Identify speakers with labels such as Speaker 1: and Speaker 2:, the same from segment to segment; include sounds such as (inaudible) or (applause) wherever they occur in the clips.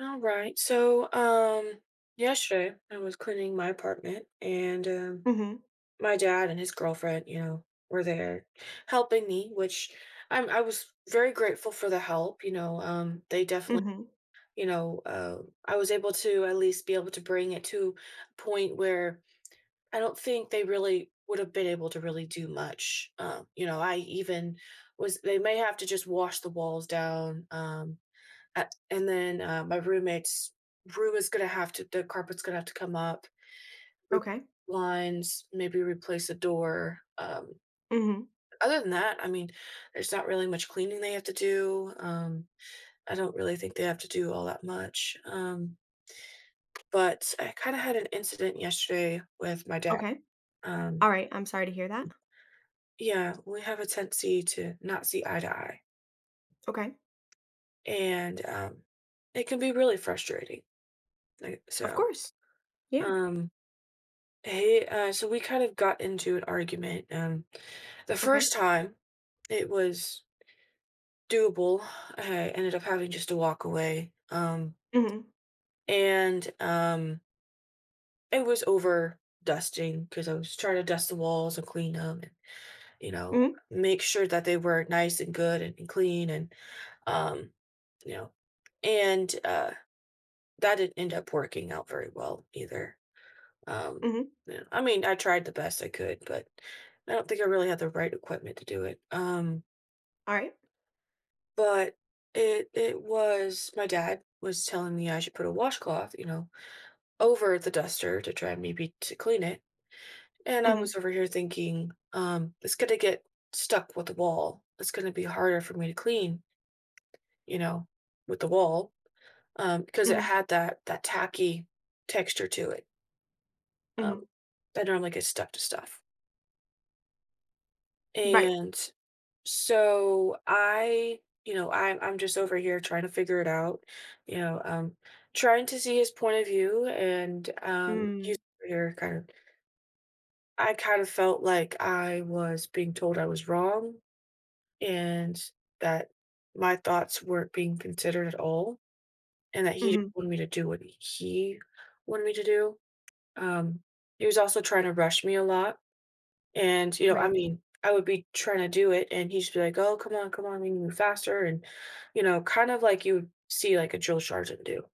Speaker 1: All right. Yesterday I was cleaning my apartment, and
Speaker 2: Mhm.
Speaker 1: my dad and his girlfriend, you know, were there helping me, which I was very grateful for the help. They definitely,
Speaker 2: Mhm.
Speaker 1: you know, uh, I was able to at least be able to bring it to a point where I don't think they really would have been able to really do much. You know, I even was they may have to just wash the walls down. Uh, and then my roommate's room is gonna have to the carpet's gonna have to come up, re-
Speaker 2: Okay.
Speaker 1: blinds, maybe replace a door.
Speaker 2: Mhm.
Speaker 1: Other than that, I mean, there's not really much cleaning they have to do. I don't really think they have to do all that much. But I kind of had an incident yesterday with my dad.
Speaker 2: Okay.
Speaker 1: Um,
Speaker 2: Alright. I'm sorry to hear that.
Speaker 1: yeah, we have a tendency to not see eye to eye,
Speaker 2: Okay.
Speaker 1: and it can be really frustrating. Like,
Speaker 2: Of
Speaker 1: so,
Speaker 2: course. Yeah.
Speaker 1: um, Hey, so we kind of got into an argument. The
Speaker 2: Okay.
Speaker 1: first time it was doable. I ended up having just to walk away.
Speaker 2: Mhm.
Speaker 1: And It was over dusting because I was trying to dust the walls and clean them and, you know,
Speaker 2: Mhm.
Speaker 1: make sure that they were nice and good and clean and, um, you know, and uh, that didn't end up working out very well either. Um,
Speaker 2: Mhm.
Speaker 1: yeah, I mean, I tried the best I could, but I don't think I really had the right equipment to do it.
Speaker 2: Alright.
Speaker 1: But it was my dad was telling me I should put a washcloth, you know, over the duster to try and maybe to clean it. And I
Speaker 2: Mhm.
Speaker 1: was over here thinking, it's gonna get stuck with the wall. It's gonna be harder for me to clean, you know, with the wall, because it
Speaker 2: Mhm.
Speaker 1: had that tacky texture to it. Um,
Speaker 2: Mhm.
Speaker 1: that normally gets stuck to stuff.
Speaker 2: Right.
Speaker 1: And so I, you know, I'm just over here trying to figure it out, you know, um, trying to see his point of view, and he's
Speaker 2: Mm.
Speaker 1: over here kind of. I kind of felt like I was being told I was wrong, and that my thoughts weren't being considered at all, and that he just
Speaker 2: Mhm.
Speaker 1: wanted me to do what he wanted me to do. Um, he was also trying to rush me a lot and, you know, I
Speaker 2: Right.
Speaker 1: mean, I would be trying to do it and he'd just be like, "Oh, come on, come on, we need to move faster." And, you know, kind of like you would see like a drill sergeant do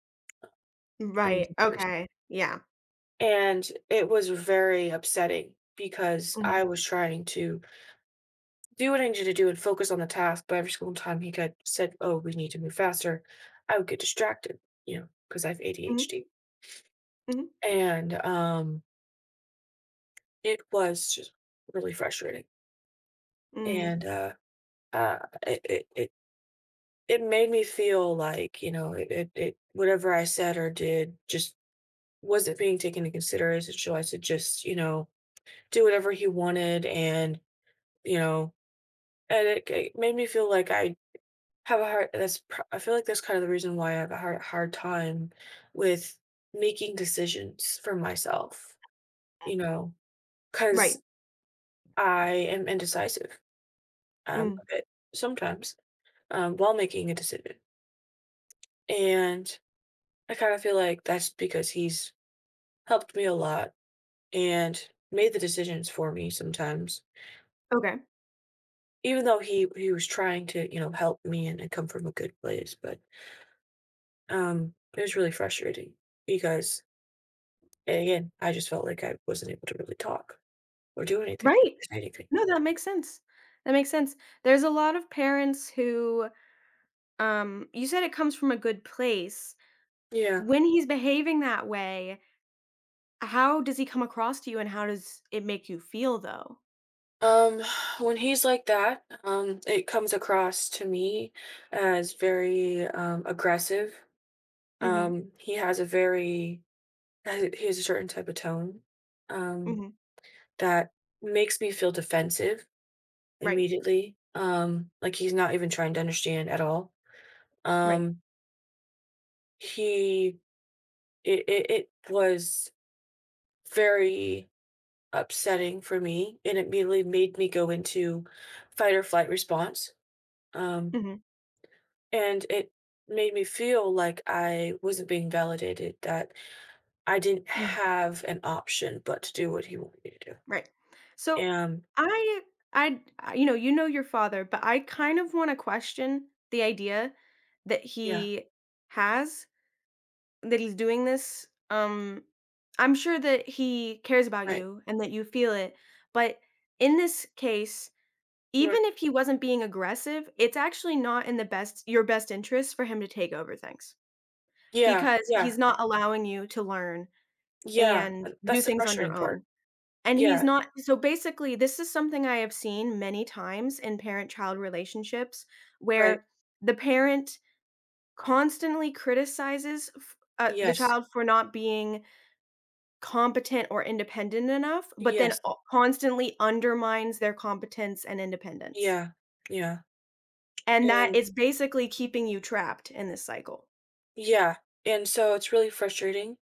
Speaker 1: in
Speaker 2: Right.
Speaker 1: the years.
Speaker 2: Okay. Yeah.
Speaker 1: And it was very upsetting because
Speaker 2: Mhm.
Speaker 1: I was trying to do what I needed to do and focus on the task, but every single time he got said, "Oh, we need to move faster," I would get distracted, you know, because I have
Speaker 2: Mhm.
Speaker 1: ADHD.
Speaker 2: Mhm.
Speaker 1: And It was just really frustrating.
Speaker 2: Mm.
Speaker 1: And uh it, it, it it made me feel like, you know, it whatever I said or did just wasn't being taken into consideration. So I should just, you know, do whatever he wanted, and you know, and it made me feel like I have a hard. That's I feel like that's kind of the reason why I have a hard time with making decisions for myself. You know, because
Speaker 2: Right.
Speaker 1: I am indecisive
Speaker 2: Mm.
Speaker 1: a bit sometimes while making a decision, and I kind of feel like that's because he's helped me a lot and made the decisions for me sometimes.
Speaker 2: Okay.
Speaker 1: Even though he was trying to, you know, help me and come from a good place, but it was really frustrating because again, I just felt like I wasn't able to really talk or do anything,
Speaker 2: Right.
Speaker 1: say anything.
Speaker 2: No, that makes sense. That makes sense. There's a lot of parents who, you said it comes from a good place.
Speaker 1: Yeah.
Speaker 2: When he's behaving that way, how does he come across to you, and how does it make you feel, though?
Speaker 1: Um (sighs) when he's like that, it comes across to me as very aggressive.
Speaker 2: Mhm.
Speaker 1: Um he has a very he has a certain type of tone. Um
Speaker 2: Mhm.
Speaker 1: That makes me feel defensive
Speaker 2: Right.
Speaker 1: immediately, like he's not even trying to understand at all.
Speaker 2: Right.
Speaker 1: Um, he It was very upsetting for me, and it immediately made me go into fight or flight response, um,
Speaker 2: Mhm.
Speaker 1: and it made me feel like I wasn't being validated, that I didn't
Speaker 2: Mm.
Speaker 1: have an option but to do what he wanted me to do.
Speaker 2: Right. So,
Speaker 1: And
Speaker 2: I I you know your father, but I kind of wanna question the idea that
Speaker 1: yeah,
Speaker 2: he has, that he's doing this, I'm sure that he cares about
Speaker 1: right,
Speaker 2: you and that you feel it, but in this case,
Speaker 1: right.
Speaker 2: even if he wasn't being aggressive, it's actually not in the best your best interest for him to take over things.
Speaker 1: Yeah,
Speaker 2: Because
Speaker 1: yeah.
Speaker 2: he's not allowing you to learn
Speaker 1: Yeah,
Speaker 2: and do
Speaker 1: that's the
Speaker 2: things on your
Speaker 1: frustrating part.
Speaker 2: own. And he's
Speaker 1: Yeah,
Speaker 2: not so basically, this is something I have seen many times in parent-child relationships
Speaker 1: right.
Speaker 2: where the parent constantly criticizes f the
Speaker 1: Yes,
Speaker 2: child for not being competent or independent enough, but then
Speaker 1: yes,
Speaker 2: o constantly undermines their competence and independence.
Speaker 1: yeah, yeah,
Speaker 2: And that
Speaker 1: and
Speaker 2: is basically keeping you trapped in this cycle.
Speaker 1: yeah, and so it's really frustrating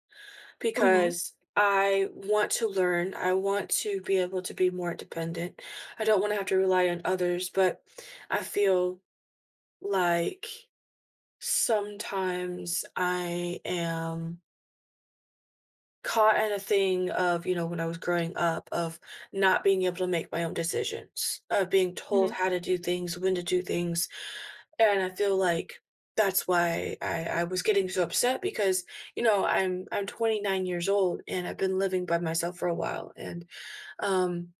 Speaker 2: Mhm.
Speaker 1: because I want to learn, I want to be able to be more independent. I don't want to have to rely on others, but I feel like sometimes I am caught in a thing of, you know, when I was growing up, of not being able to make my own decisions, of being told
Speaker 2: Mhm.
Speaker 1: how to do things, when to do things, and I feel like that's why I was getting so upset because, you know, I'm 29 years old and I've been living by myself for a while and, um,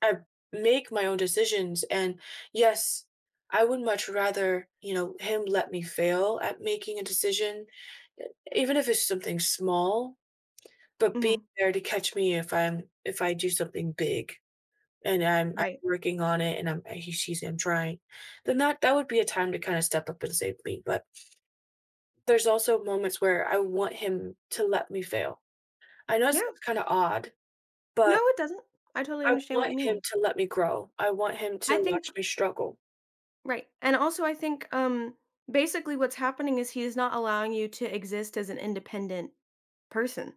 Speaker 1: I make my own decisions and yes, I would much rather, you know, him let me fail at making a decision, e even if it's something small, but be
Speaker 2: Mhm.
Speaker 1: there to catch me if I'm if I do something big and I'm
Speaker 2: Right.
Speaker 1: working on it and I'm he, she's I'm trying, then that would be a time to kinda step up and save me, but there's also moments where I want him to let me fail. I know it
Speaker 2: Yeah.
Speaker 1: sounds kinda odd,
Speaker 2: No,
Speaker 1: but
Speaker 2: it doesn't. I totally
Speaker 1: I
Speaker 2: understand what you
Speaker 1: want him
Speaker 2: mean.
Speaker 1: to let me grow. I want him to
Speaker 2: I think
Speaker 1: watch me struggle.
Speaker 2: Right. And also I think basically what's happening is he's not allowing you to exist as an independent person,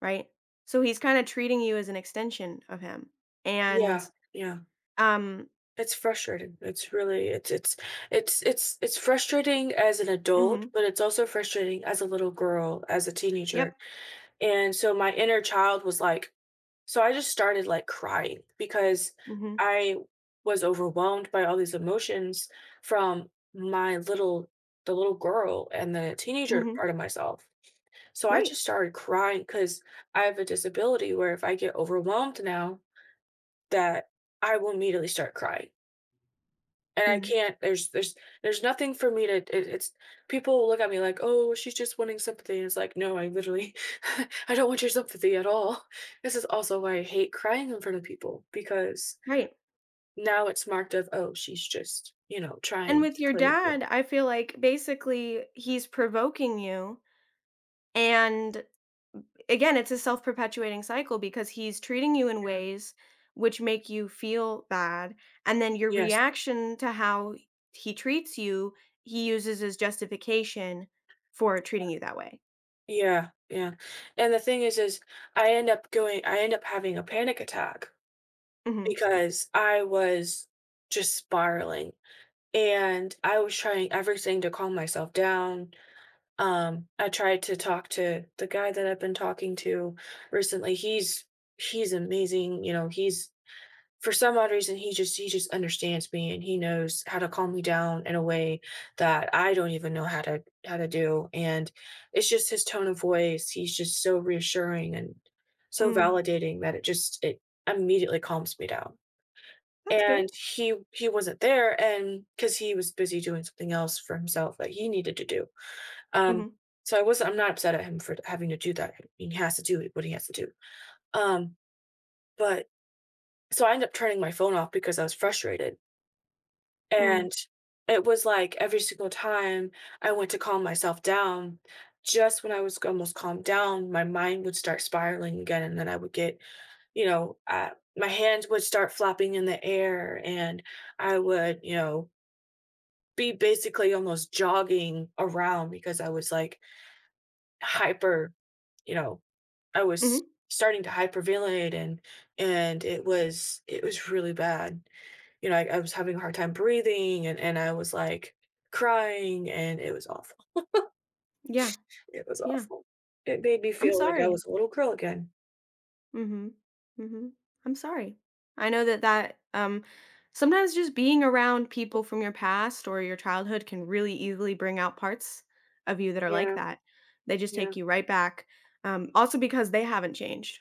Speaker 2: right? So he's kind of treating you as an extension of him. And
Speaker 1: Yeah, yeah.
Speaker 2: um
Speaker 1: It's frustrating. It's really it's frustrating as an adult,
Speaker 2: mhm.
Speaker 1: but it's also frustrating as a little girl, as a teenager.
Speaker 2: Yep.
Speaker 1: And so my inner child was like, so I just started like crying because
Speaker 2: Mhm.
Speaker 1: I was overwhelmed by all these emotions from my little, the little girl and the teenager
Speaker 2: Mhm.
Speaker 1: part of myself. So I
Speaker 2: Right.
Speaker 1: just started crying because I have a disability where if I get overwhelmed now, that I will immediately start crying. And I
Speaker 2: Mhm.
Speaker 1: can't there's nothing for me to it, it's people will look at me like, "Oh, she's just wanting sympathy." And it's like, "No, I literally (laughs) I don't want your sympathy at all." This is also why I hate crying in front of people because
Speaker 2: Right.
Speaker 1: now it's marked of, "Oh, she's just, you know,
Speaker 2: And
Speaker 1: trying
Speaker 2: with
Speaker 1: to
Speaker 2: your
Speaker 1: play a game."
Speaker 2: dad, I feel like basically he's provoking you and again, it's a self perpetuating cycle because he's treating you in
Speaker 1: Yeah.
Speaker 2: ways which make you feel bad. And then your
Speaker 1: Yes.
Speaker 2: reaction to how he treats you, he uses as justification for treating you that way.
Speaker 1: Yeah, yeah. And the thing is I end up having a panic attack
Speaker 2: Hmm.
Speaker 1: because I was just spiraling and I was trying everything to calm myself down. I tried to talk to the guy that I've been talking to recently. He's amazing, you know, he's for some odd reason he just understands me and he knows how to calm me down in a way that I don't even know how to do. And it's just his tone of voice. He's just so reassuring and so
Speaker 2: Mm.
Speaker 1: validating that it immediately calms me down.
Speaker 2: That's good.
Speaker 1: And he wasn't there and because he was busy doing something else for himself that he needed to do. Um,
Speaker 2: Hmm.
Speaker 1: so I'm not upset at him for having to do that. I mean, he has to do what he has to do. Um, but so I ended up turning my phone off because I was frustrated.
Speaker 2: Mm.
Speaker 1: And it was like every single time I went to calm myself down, just when I was almost calmed down, my mind would start spiraling again. And then I would get, you know, uh, my hands would start flopping in the air and I would, you know, be basically almost jogging around because I was like hyper, you know, I was
Speaker 2: Hmm.
Speaker 1: starting to hyperventilate and it was really bad. You know, I was having a hard time breathing and I was like crying and it was awful.
Speaker 2: Yeah.
Speaker 1: It was
Speaker 2: Yeah.
Speaker 1: awful. It made me
Speaker 2: I'm
Speaker 1: feel like I
Speaker 2: sorry.
Speaker 1: was a little girl again.
Speaker 2: Mhm. Mhm. I'm sorry. I know that, sometimes just being around people from your past or your childhood can really easily bring out parts of you that are like
Speaker 1: Yeah,
Speaker 2: that. They just
Speaker 1: yeah,
Speaker 2: take you right back, also because they haven't changed.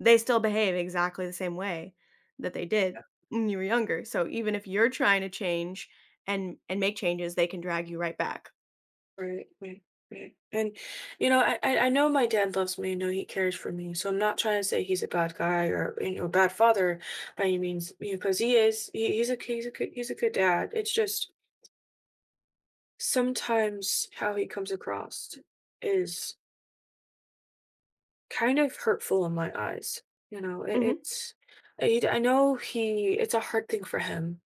Speaker 2: They still behave exactly the same way that they did when you were younger. So even if you're trying to change and make changes, they can drag you right back.
Speaker 1: right, right, right. And you know, I know my dad loves me. I know he cares for me. So I'm not trying to say he's a bad guy or you know a bad father by any means, you because he is. He, he's a he's a good dad. It's just sometimes how he comes across is kind of hurtful in my eyes. You know, it,
Speaker 2: Mhm.
Speaker 1: it's I know he it's a hard thing for him,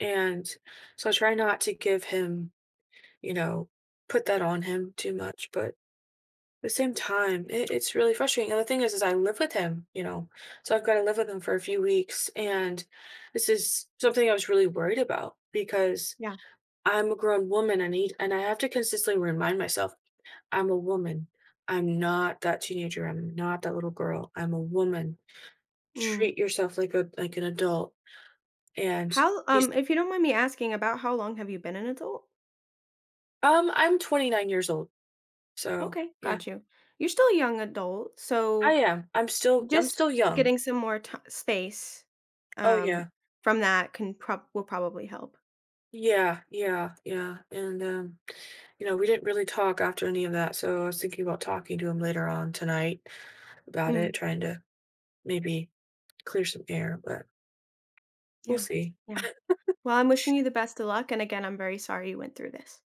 Speaker 1: and so I try not to give him, you know, put that on him too much. But at the same time, it's really frustrating. And the thing is I live with him, you know, so I've got to live with him for a few weeks, and this is something I was really worried about because
Speaker 2: Yeah.
Speaker 1: I'm a grown woman. I need, and I have to consistently remind myself I'm a woman. I'm not that teenager. I'm not that little girl. I'm a woman.
Speaker 2: Mm.
Speaker 1: Treat yourself like a an adult." And
Speaker 2: How,
Speaker 1: he's
Speaker 2: if you don't mind me asking, about how long have you been an adult?
Speaker 1: I'm 29 years old. So,
Speaker 2: Okay,
Speaker 1: yeah.
Speaker 2: got you. You're still a young adult,
Speaker 1: I
Speaker 2: so
Speaker 1: am. I'm
Speaker 2: just
Speaker 1: still young.
Speaker 2: getting some more space,
Speaker 1: Oh,
Speaker 2: um,
Speaker 1: yeah.
Speaker 2: from that can prob will probably help.
Speaker 1: Yeah, yeah, yeah. And, you know, we didn't really talk after any of that, so I was thinking about talking to him later on tonight about it,
Speaker 2: Mm.
Speaker 1: trying to maybe clear some air, but we'll
Speaker 2: Yeah.
Speaker 1: see.
Speaker 2: Yeah. Well, I'm wishing you the best of luck, and again, I'm very sorry you went through this.